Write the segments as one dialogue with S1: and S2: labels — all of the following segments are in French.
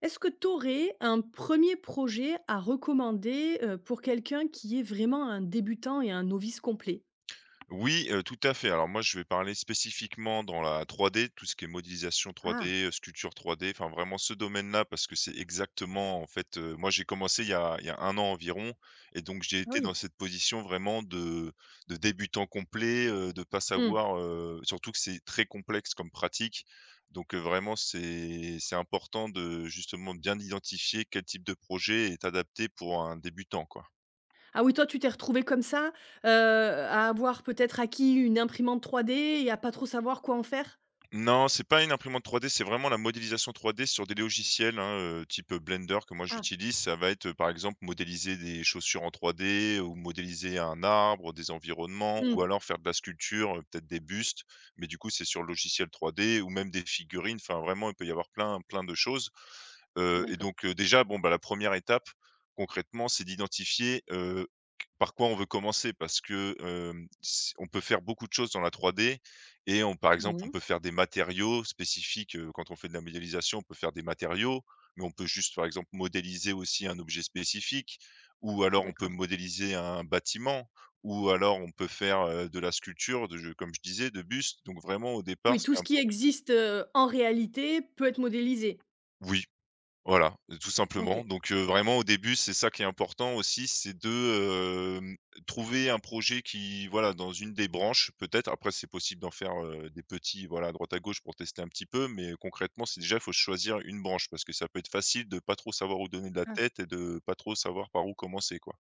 S1: Est-ce que tu aurais un premier projet à recommander, pour quelqu'un qui est vraiment un débutant et un novice complet?
S2: Oui, tout à fait. Alors moi, je vais parler spécifiquement dans la 3D, tout ce qui est modélisation
S1: Ah,
S2: 3D, sculpture 3D, enfin vraiment ce domaine-là parce que c'est exactement en fait, moi j'ai commencé il y a 1 an environ et donc j'ai
S1: ah
S2: été dans
S1: oui.
S2: cette position vraiment de débutant complet, de pas
S1: Mmh.
S2: savoir, surtout que c'est très complexe comme pratique. Donc, vraiment c'est important de justement bien identifier quel type de projet est adapté pour un débutant, quoi.
S1: Ah oui, toi, tu t'es retrouvé comme ça, à avoir peut-être acquis une imprimante 3D et à pas trop savoir quoi en faire?
S2: Non, c'est pas une imprimante 3D, c'est vraiment la modélisation 3D sur des logiciels, hein, type, Blender que moi
S1: Ah.
S2: j'utilise. Ça va être, par exemple, modéliser des chaussures en 3D ou modéliser un arbre, des environnements ou
S1: Mmh,
S2: alors faire de la sculpture, peut-être des bustes, mais du coup, c'est sur le logiciel 3D ou même des figurines. Enfin, vraiment, il peut y avoir plein, plein de choses, et
S1: d'accord.
S2: donc, déjà, bon, bah, la première étape, concrètement, c'est d'identifier, par quoi on veut commencer parce que, hem, s on peut faire beaucoup de choses dans la 3D et on par exemple, on
S1: Mmh.
S2: peut faire des matériaux spécifiques, quand on fait de la modélisation, on peut faire des matériaux, mais on peut juste, par exemple, modéliser aussi un objet spécifique ou alors on peut
S1: D'accord.
S2: modéliser un bâtiment ou alors on peut faire, de la sculpture de comme je disais, de bustes. Donc vraiment au départ,
S1: Oui,
S2: ce
S1: tout
S2: qui est
S1: ce qui
S2: important.
S1: existe, en réalité peut être modélisé.
S2: Oui. Voilà, tout simplement.
S1: OK.
S2: Donc, vraiment au début, c'est ça qui est important aussi, c'est de, trouver un projet qui voilà, dans une des branches peut-être. Après c'est possible d'en faire, des petits, voilà, à droite à gauche pour tester un petit peu, mais concrètement, c'est déjà, il faut choisir une branche parce que ça peut être facile de pas trop savoir où donner de la
S1: Ah.
S2: tête et de pas trop savoir par où commencer, quoi.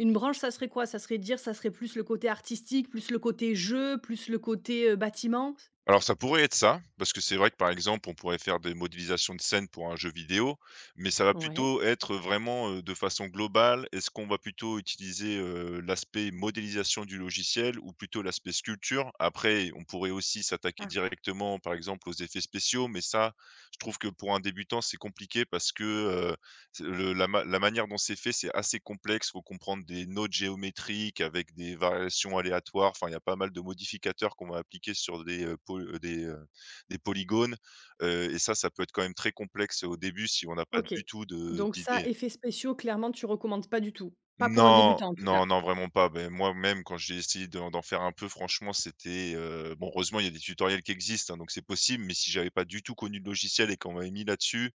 S1: Une branche, ça serait quoi? Ça serait dire, ça serait plus le côté artistique, plus le côté jeu, plus le côté, bâtiment?
S2: Alors ça pourrait être ça, parce que c'est vrai que par exemple, on pourrait faire des modélisations de scènes pour un jeu vidéo, mais ça va
S1: Ouais.
S2: plutôt être vraiment, de façon globale. Est-ce qu'on va plutôt utiliser, l'aspect modélisation du logiciel ou plutôt l'aspect sculpture? Après, on pourrait aussi s'attaquer
S1: Ah.
S2: directement, par exemple, aux effets spéciaux, mais ça, je trouve que pour un débutant, c'est compliqué parce que, c'est le la ma la manière dont c'est fait, c'est assez complexe. Il faut comprendre des notes géométriques avec des variations aléatoires. Enfin, il y a pas mal de modificateurs qu'on va appliquer sur des, des polygones, et ça peut être quand même très complexe au début si on n'a pas
S1: OK.
S2: du tout de
S1: Donc ça,
S2: d'idée.
S1: effets spéciaux, clairement, tu recommandes pas du tout? Pas pour un
S2: Non,
S1: débutant, en tout
S2: non,
S1: cas?
S2: non, vraiment pas. Beh, moi-même, quand j'ai essayé d'en faire un peu, franchement, c'était, bon, heureusement, il y a des tutoriels qui existent, hein, donc c'est possible, mais si j'avais pas du tout connu le logiciel et qu'on m'avait mis là-dessus.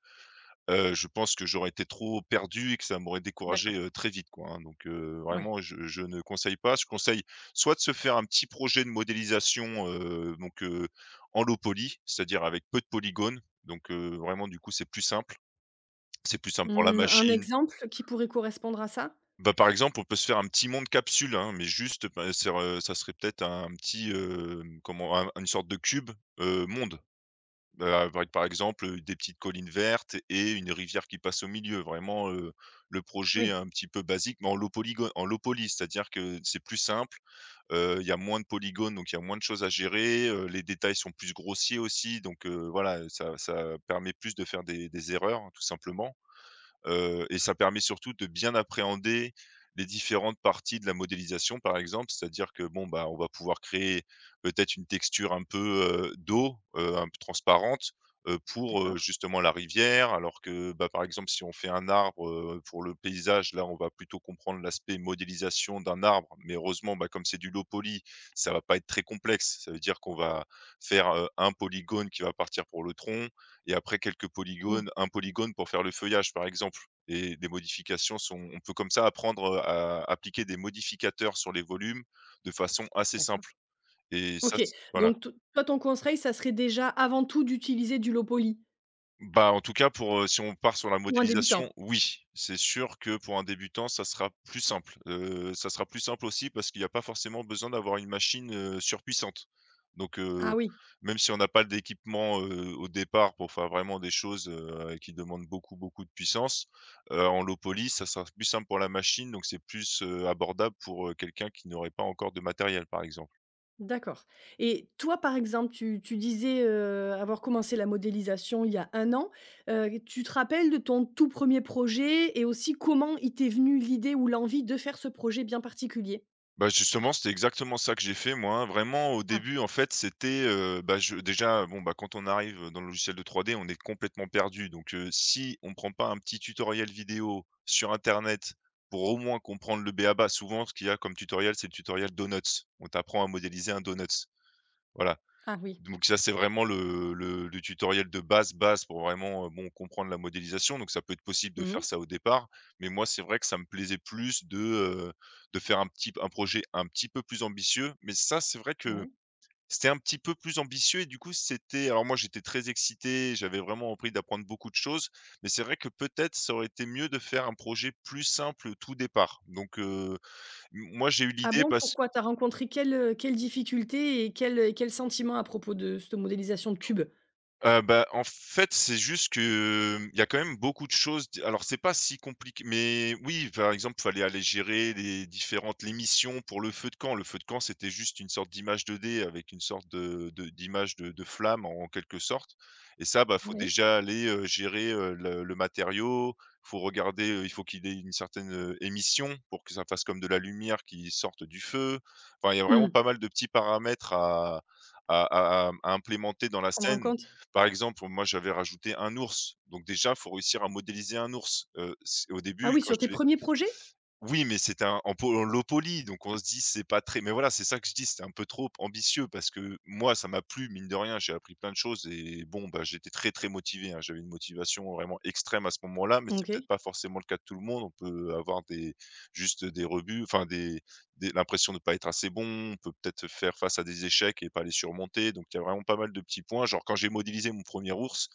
S2: Je pense que j'aurais été trop perdu et que ça m'aurait découragé,
S1: D'accord.
S2: très vite quoi, hein, donc
S1: Oui.
S2: vraiment je ne conseille pas. Je conseille soit de se faire un petit projet de modélisation, en low poly, c'est-à-dire avec peu de polygones, donc vraiment du coup c'est plus simple. C'est plus simple pour la
S1: Mmh, un
S2: machine.
S1: exemple qui pourrait correspondre à ça?
S2: Bah, par exemple, on peut se faire un petit monde capsule, hein, mais juste, bah, ser ça serait peut-être un petit, comment? Un Une sorte de cube, monde. Bah, avec par exemple, des petites collines vertes et une rivière qui passe au milieu. Vraiment, le projet
S1: Oui,
S2: un petit peu basique, mais en lot poly, c'est-à-dire que c'est plus simple, il y a moins de polygones, donc il y a moins de choses à gérer, les détails sont plus grossiers aussi, donc voilà, ça permet plus de faire des erreurs, hein, tout simplement. Et ça permet surtout de bien appréhender les différentes parties de la modélisation, par exemple. C'est-à-dire que, bon, bah, on va pouvoir créer peut-être une texture un peu, d'eau, un peu transparente, pour,
S1: d'accord.
S2: justement la rivière. Alors que, bah, par exemple, si on fait un arbre, pour le paysage, là, on va plutôt comprendre l'aspect modélisation d'un arbre. Mais heureusement, bah, comme c'est du low poly, ça va pas être très complexe. Ça veut dire qu'on va faire, un polygone qui va partir pour le tronc, et après quelques
S1: Mmh,
S2: polygones, un polygone pour faire le feuillage, par exemple. Et des modifications sont on peut comme ça apprendre, à appliquer des modificateurs sur les volumes de façon assez
S1: d'accord.
S2: simple et ça,
S1: OK,
S2: c voilà.
S1: donc to toi, ton conseil, ça serait déjà, avant tout, d'utiliser du lot poli,
S2: Bah, en tout cas pour, si on part sur la
S1: pour un débutant?
S2: modélisation, oui. C'est sûr que pour un débutant, ça sera plus simple. Ça sera plus simple aussi parce qu'il n'y a pas forcément besoin d'avoir une machine, surpuissante. Donc,
S1: Ah oui,
S2: même si on n'a pas d'équipement, au départ pour faire vraiment des choses, qui demandent beaucoup, beaucoup de puissance, en low poly, ça sera plus simple pour la machine, donc c'est plus, abordable pour, quelqu'un qui n'aurait pas encore de matériel, par exemple.
S1: d'accord. Et toi, par exemple, tu disais, avoir commencé la modélisation il y a un an. Tu te rappelles de ton tout premier projet et aussi comment il t'est venu l'idée ou l'envie de faire ce projet bien particulier?
S2: Bah, justement, c'était exactement ça que j'ai fait moi, hein. Vraiment au
S1: Ah.
S2: début en fait, c'était, bah, je déjà bon, bah, quand on arrive dans le logiciel de trois d on est complètement perdu donc si on prend pas un petit tutoriel vidéo sur internet pour au moins comprendre le b b.a-ba, souvent ce qu'il y a comme tutoriel, c'est le tutoriel Donuts. On t'apprend à modéliser un donuts. Voilà,
S1: Ah oui.
S2: donc ça, c'est vraiment le tutoriel de base, base pour vraiment, bon, comprendre la modélisation. Donc ça peut être possible de
S1: Mmh.
S2: faire ça au départ, mais moi, c'est vrai que ça me plaisait plus de, faire un projet un petit peu plus ambitieux. Mais ça, c'est vrai que
S1: Ouais.
S2: c'était un petit peu plus ambitieux et du coup, c'était alors moi, j'étais très excité, j'avais vraiment envie d'apprendre beaucoup de choses, mais c'est vrai que peut-être ça aurait été mieux de faire un projet plus simple, tout départ. Donc, m moi, j'ai eu
S1: Ah
S2: l'idée
S1: bon,
S2: parce.
S1: pourquoi? T'as rencontré quelles difficultés et quels sentiments à propos de cette modélisation de cubes?
S2: Bah, en fait, c'est juste que, mmh, il y a quand même beaucoup de choses d alors c'est pas si compliqué mais oui, par exemple, fallait aller gérer les différentes les missions pour le feu de camp. Le feu de camp, c'était juste une sorte d'image 2D avec une sorte de d'image de flamme en quelque sorte et ça, bah, faut
S1: Oui.
S2: déjà aller, gérer, le matériau, faut regarder, il faut qu'il ait une certaine, émission pour que ça fasse comme de la lumière qui sorte du feu. Enfin, il y a vraiment
S1: Mmh.
S2: pas mal de petits paramètres à implémenter dans la
S1: Prendre en
S2: scène.
S1: compte.
S2: Par exemple, moi, j'avais rajouté un ours, donc déjà, faut réussir à modéliser un ours. C'est au
S1: Ah
S2: début,
S1: oui,
S2: quand
S1: sur tes
S2: je.
S1: premiers projets?
S2: Oui, mais c'était un en low poly, donc on se dit: «C'est pas très» mais voilà, c'est ça que je dis, c'était un peu trop ambitieux parce que moi, ça m'a plu, mine de rien, j'ai appris plein de choses et bon, bah, j'étais très, très motivé, hein. J'avais une motivation vraiment extrême à ce moment-là, mais c'est peut-être
S1: OK.
S2: pas forcément le cas de tout le monde. On peut avoir des juste des rebuts, enfin des l'impression de pas être assez bon, on peut peut-être faire face à des échecs et pas les surmonter, donc il y a vraiment pas mal de petits points. Genre quand j'ai modélisé mon premier ours,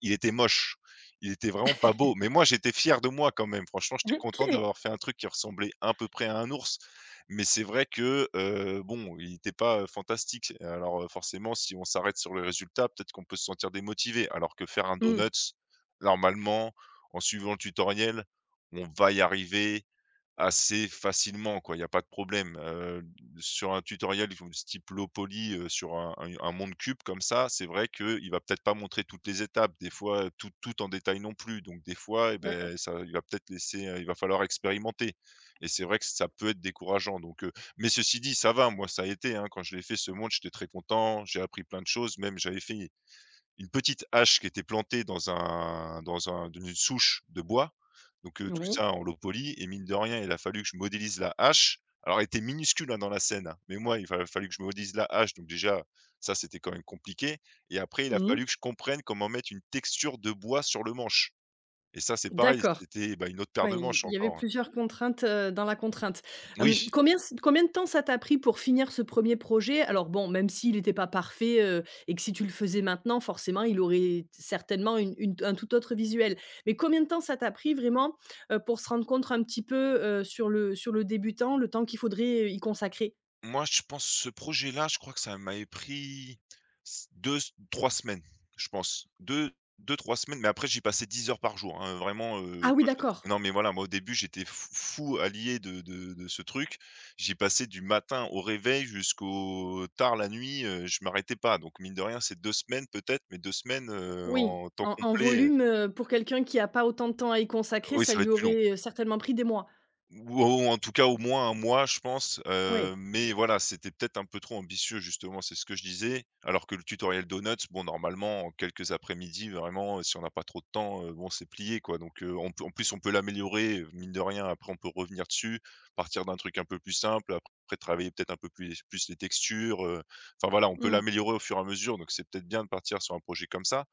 S2: il était moche, il était vraiment pas beau. Mais moi, j'étais fier de moi quand même. Franchement, j'étais content
S1: OK.
S2: d'avoir fait un truc qui ressemblait à peu près à un ours. Mais c'est vrai que, bon, il était pas, fantastique. Alors, forcément, si on s'arrête sur le résultat, peut-être qu'on peut se sentir démotivé. Alors que faire un
S1: Mmh.
S2: donuts, normalement, en suivant le tutoriel, on va y arriver. Assez facilement, quoi, il y a pas de problème, sur un tutoriel du type Loopoly, sur un monde cube comme ça, c'est vrai que il va peut-être pas montrer toutes les étapes, des fois, tout en détail non plus, donc des fois, et
S1: D'accord.
S2: ben, ça, il va peut-être laisser, il va falloir expérimenter et c'est vrai que ça peut être décourageant, donc mais ceci dit, ça va, moi, ça a été, hein, quand je l'ai fait, ce monde, j'étais très content, j'ai appris plein de choses. Même j'avais fait une petite hache qui était plantée dans un dans un dans une souche de bois, donc tout
S1: Oui.
S2: ça, on le polit et, mine de rien, il a fallu que je modélise la hache. Alors elle était minuscule, hein, dans la scène, hein, mais moi, il va fallu que je modélise la hache, donc déjà, ça, c'était quand même compliqué. Et après, il a
S1: Mmh.
S2: fallu que je comprenne comment mettre une texture de bois sur le manche, et ça, c'est pareil,
S1: D'accord.
S2: c'était, bah, une autre paire de
S1: Ouais, il
S2: manches
S1: y avait
S2: encore.
S1: plusieurs contraintes, dans la contrainte.
S2: Oui.
S1: Hem, combien de temps ça t'a pris pour finir ce premier projet? Alors bon, même s'il n'était pas parfait, et que si tu le faisais maintenant, forcément, il aurait certainement une un tout autre visuel. Mais combien de temps ça t'a pris vraiment, pour se rendre compte un petit peu, sur le débutant, le temps qu'il faudrait, y consacrer?
S2: Moi, je pense, ce projet-là, je crois que ça m'avait pris s 2-3 semaines, je pense. Deux, trois semaines, mais après j'y passais 10 heures par jour, hein. Vraiment,
S1: Ah oui,
S2: moi je
S1: d'accord.
S2: non, mais voilà, moi au début j'étais fou allié de ce truc. J'y passais du matin au réveil jusqu'au tard la nuit, je m'arrêtais pas, donc mine de rien, c'est 2 semaines peut-être, mais 2 semaines
S1: Oui,
S2: en temps
S1: en
S2: complet,
S1: volume, pour quelqu'un qui n'a pas autant de temps à y consacrer,
S2: oui,
S1: ça
S2: ça va
S1: lui
S2: être plus long.
S1: aurait, certainement pris des mois.
S2: Ou en tout cas, au moins 1 mois, je pense,
S1: Oui.
S2: mais voilà, c'était peut-être un peu trop ambitieux, justement, c'est ce que je disais. Alors que le tutoriel donuts, bon, normalement, en quelques après-midi, vraiment, si on n'a pas trop de temps, bon, c'est plié, quoi, donc on peut, en plus, on peut l'améliorer, mine de rien. Après, on peut revenir dessus, partir d'un truc un peu plus simple, après travailler peut-être un peu plus les textures, enfin voilà, on peut
S1: Mmh.
S2: l'améliorer au fur et à mesure, donc c'est peut-être bien de partir sur un projet comme ça.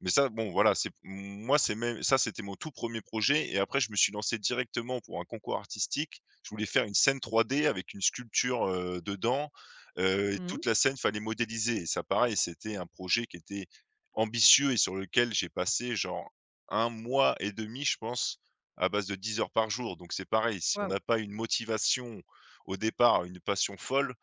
S2: Mais ça, bon, voilà, c'est moi, c'est même ça, c'était mon tout premier projet, et après je me suis lancé directement pour un concours artistique. Je voulais faire une scène 3D avec une sculpture, dedans, et
S1: Mmh.
S2: toute la scène, fallait modéliser, et ça, pareil, c'était un projet qui était ambitieux et sur lequel j'ai passé genre 1 mois et demi, je pense, à base de 10 heures par jour. Donc c'est pareil, si on
S1: Waouh.
S2: n'a pas une motivation au départ, une passion folle,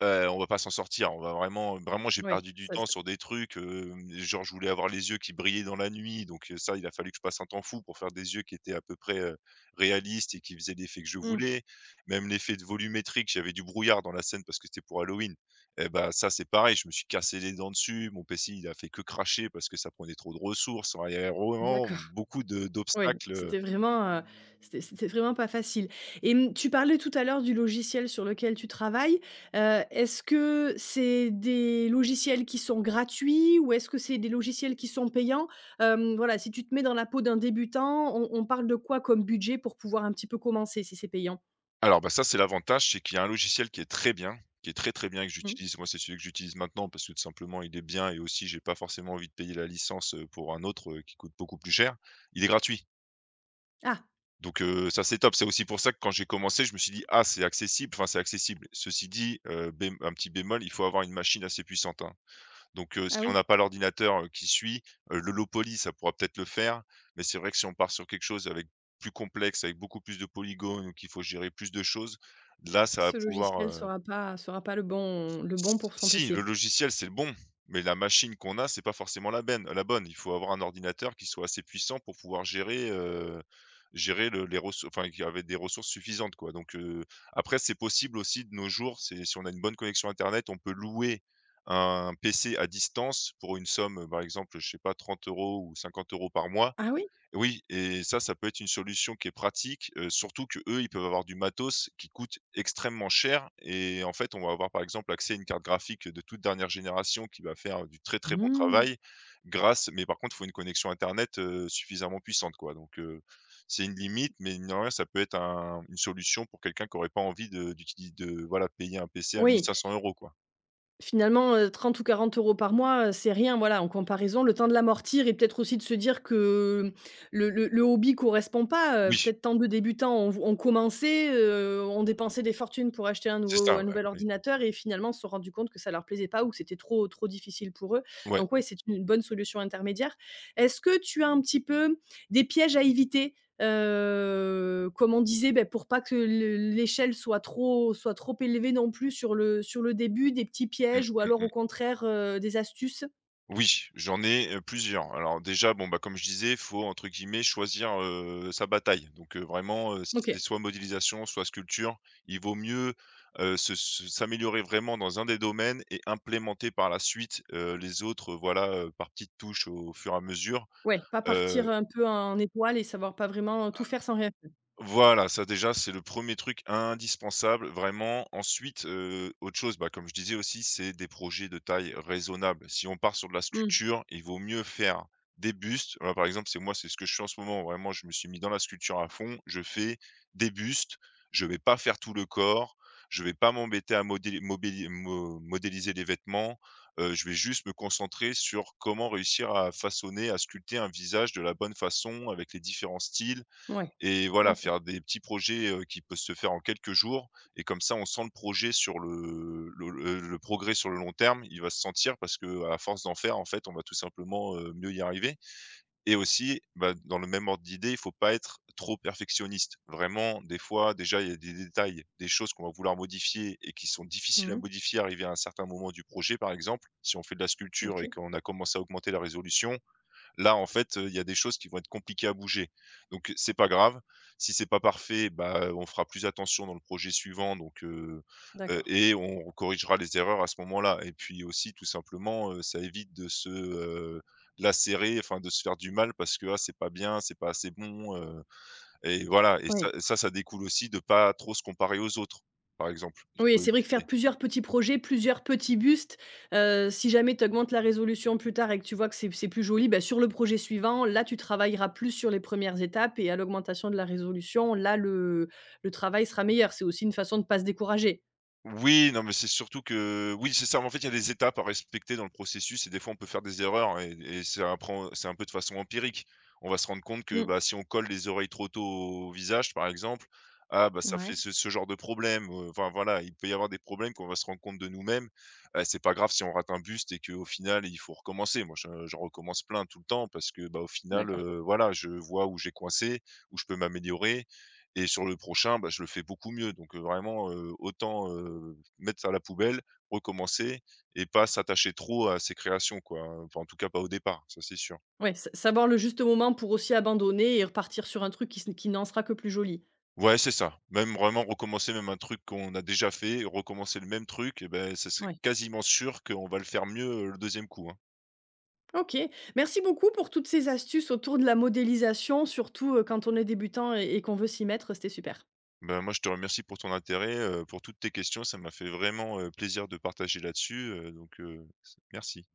S2: On va pas s'en sortir. On va vraiment, j'ai
S1: Ouais,
S2: perdu du
S1: ça
S2: temps sur des trucs, genre je voulais avoir les yeux qui brillaient dans la nuit, donc ça, il a fallu que je passe un temps fou pour faire des yeux qui étaient à peu près, réalistes et qui faisaient l'effet que je
S1: mmh.
S2: voulais. Même l'effet de volumétrique, j'avais du brouillard dans la scène parce que c'était pour Halloween, et bah, ça, c'est pareil, je me suis cassé les dents dessus. Mon PC, il a fait que cracher parce que ça prenait trop de ressources. Enfin, il y avait vraiment
S1: D'accord.
S2: beaucoup de
S1: Oui, donc
S2: d'obstacles.
S1: c'était vraiment, c'était vraiment pas facile. Et mmh, tu parlais tout à l'heure du logiciel sur lequel tu travailles. Est-ce que c'est des logiciels qui sont gratuits ou est-ce que c'est des logiciels qui sont payants? Hem, voilà, si tu te mets dans la peau d'un débutant, on parle de quoi comme budget pour pouvoir un petit peu commencer, si c'est payant?
S2: Alors, bah, ça, c'est l'avantage, c'est qu'il y a un logiciel qui est très bien, qui est très, très bien, que
S1: Mmh.
S2: j'utilise. Moi, c'est celui que j'utilise maintenant parce que, tout simplement, il est bien, et aussi, j'ai pas forcément envie de payer la licence, pour un autre, qui coûte beaucoup plus cher. Il est gratuit,
S1: Ah!
S2: donc ça, c'est top. C'est aussi pour ça que quand j'ai commencé, je me suis dit: «Ah, c'est accessible», enfin, c'est accessible. Ceci dit, bém un petit bémol, il faut avoir une machine assez puissante, hein. Donc si
S1: Ah
S2: on
S1: oui,
S2: n'a pas l'ordinateur, qui suit, le Lopoly, ça pourra peut-être le faire, mais c'est vrai que si on part sur quelque chose avec plus complexe, avec beaucoup plus de polygones, ou qu'il faut gérer plus de choses, là, ça va
S1: ce logiciel
S2: pouvoir,
S1: sera pas le bon pour son
S2: si, le
S1: PC.
S2: logiciel, c'est le bon, mais la machine qu'on a, c'est pas forcément la bonne. Il faut avoir un ordinateur qui soit assez puissant pour pouvoir gérer le les ressources, enfin, qui avait des ressources suffisantes, quoi, donc après, c'est possible aussi de nos jours, c'est, si on a une bonne connexion internet, on peut louer un PC à distance pour une somme, par exemple, je sais pas, 30 euros ou 50 euros par mois.
S1: Ah oui?
S2: Oui, et ça peut être une solution qui est pratique, surtout que eux, ils peuvent avoir du matos qui coûte extrêmement cher, et en fait, on va avoir, par exemple, accès à une carte graphique de toute dernière génération qui va faire du très, très bon
S1: Mmh.
S2: travail grâce, mais par contre, il faut une connexion internet suffisamment puissante, quoi, donc c'est une limite, mais mine de rien, ça peut être un une solution pour quelqu'un qui n'aurait pas envie de voilà, payer un PC à mille
S1: Oui.
S2: cinq cents euros, quoi.
S1: Finalement, 30 ou 40 euros par mois, c'est rien, voilà, en comparaison. Le temps de l'amortir et peut-être aussi de se dire que le hobby correspond pas,
S2: Oui,
S1: peut-être tant de débutants ont commencé, ont dépensé des fortunes pour acheter
S2: c'est ça,
S1: un
S2: ouais,
S1: nouvel
S2: oui.
S1: ordinateur et finalement se sont rendus compte que ça leur plaisait pas ou que c'était trop difficile pour eux.
S2: Ouais.
S1: Donc ouais, c'est une bonne solution intermédiaire. Est-ce que tu as un petit peu des pièges à éviter? Comme on disait, beh, pour pas que le l'échelle soit trop élevée non plus sur le début, des petits
S2: Mmh,
S1: pièges ou
S2: mmh
S1: alors au
S2: mh.
S1: contraire, des astuces.
S2: Oui, j'en ai, plusieurs. Alors déjà, bon, bah, comme je disais, faut, entre guillemets, «choisir, sa bataille». Donc, vraiment, si
S1: OK,
S2: c'est soit modélisation, soit sculpture, il vaut mieux, se se s'améliorer vraiment dans un des domaines et implémenter par la suite, les autres, voilà, par petites touches au fur et à mesure.
S1: ouais. Pas partir un peu en étoile et savoir pas vraiment tout faire sans rien faire.
S2: Voilà, ça, déjà, c'est le premier truc indispensable, vraiment. Ensuite, autre chose, bah, comme je disais aussi, c'est des projets de taille raisonnable. Si on part sur de la
S1: Mmh,
S2: sculpture, il vaut mieux faire des bustes. Voilà, par exemple, c'est moi, c'est ce que je fais en ce moment. Vraiment, je me suis mis dans la sculpture à fond. Je fais des bustes, je vais pas faire tout le corps, je vais pas m'embêter à modé mobili mo modéliser les vêtements, je vais juste me concentrer sur comment réussir à façonner, à sculpter un visage de la bonne façon avec les différents styles.
S1: ouais,
S2: Et voilà,
S1: OK.
S2: faire des petits projets, qui peuvent se faire en quelques jours, et comme ça, on sent le projet sur le progrès sur le long terme, il va se sentir parce que à force d'en faire, en fait, on va tout simplement, mieux y arriver. Et aussi, bah, dans le même ordre d'idée, il faut pas être trop perfectionniste. Vraiment, des fois, déjà, il y a des détails, des choses qu'on va vouloir modifier et qui sont difficiles à
S1: Mmh.
S2: modifier, arriver à un certain moment du projet, par exemple. Si on fait de la sculpture et
S1: OK,
S2: qu'on a commencé à augmenter la résolution, là, en fait, il y a des choses qui vont être compliquées à bouger. Donc, c'est pas grave. Si c'est pas parfait, bah, on fera plus attention dans le projet suivant, donc,
S1: d'accord.
S2: et on corrigera les erreurs à ce moment-là. Et puis aussi, tout simplement, ça évite de se, lacérer, enfin de se faire du mal parce que: «Ah, c'est pas bien, c'est pas assez bon», et voilà, et
S1: Oui.
S2: ça découle aussi de pas trop se comparer aux autres, par exemple. Il
S1: Oui,
S2: faut
S1: c'est vrai que faire
S2: éviter.
S1: plusieurs petits projets, plusieurs petits bustes, si jamais tu augmentes la résolution plus tard et que tu vois que c'est plus joli, bah, sur le projet suivant, là, tu travailleras plus sur les premières étapes et à l'augmentation de la résolution, là, le travail sera meilleur. C'est aussi une façon de ne pas se décourager.
S2: Oui, non, mais c'est surtout que, oui, c'est ça, en fait, il y a des étapes à respecter dans le processus et des fois, on peut faire des erreurs et ça apprend, c'est un peu de façon empirique. On va se rendre compte que,
S1: Mmh.
S2: bah, si on colle les oreilles trop tôt au visage, par exemple, ah, bah, ça
S1: Ouais,
S2: fait ce genre de problème, enfin, voilà, il peut y avoir des problèmes qu'on va se rendre compte de nous-mêmes. C'est pas grave si on rate un buste et qu'au final, il faut recommencer. Moi, je j'en recommence plein tout le temps parce que, bah, au final,
S1: d'accord.
S2: voilà, je vois où j'ai coincé, où je peux m'améliorer, et sur le prochain, bah, je le fais beaucoup mieux. Donc, vraiment, autant, mettre ça à la poubelle, recommencer, et pas s'attacher trop à ses créations, quoi, hein. Enfin, en tout cas, pas au départ, ça, c'est sûr.
S1: Ouais, sa savoir le juste moment pour aussi abandonner et repartir sur un truc qui n'en sera que plus joli.
S2: Ouais, c'est ça. Même vraiment recommencer même un truc qu'on a déjà fait, recommencer le même truc, et ben, ce serait
S1: Ouais.
S2: quasiment sûr qu'on va le faire mieux, le deuxième coup, hein.
S1: OK. Merci beaucoup pour toutes ces astuces autour de la modélisation, surtout, quand on est débutant et qu'on veut s'y mettre, c'était super.
S2: Bah, moi, je te remercie pour ton intérêt, pour toutes tes questions. Ça m'a fait vraiment, plaisir de partager là-dessus, donc, merci.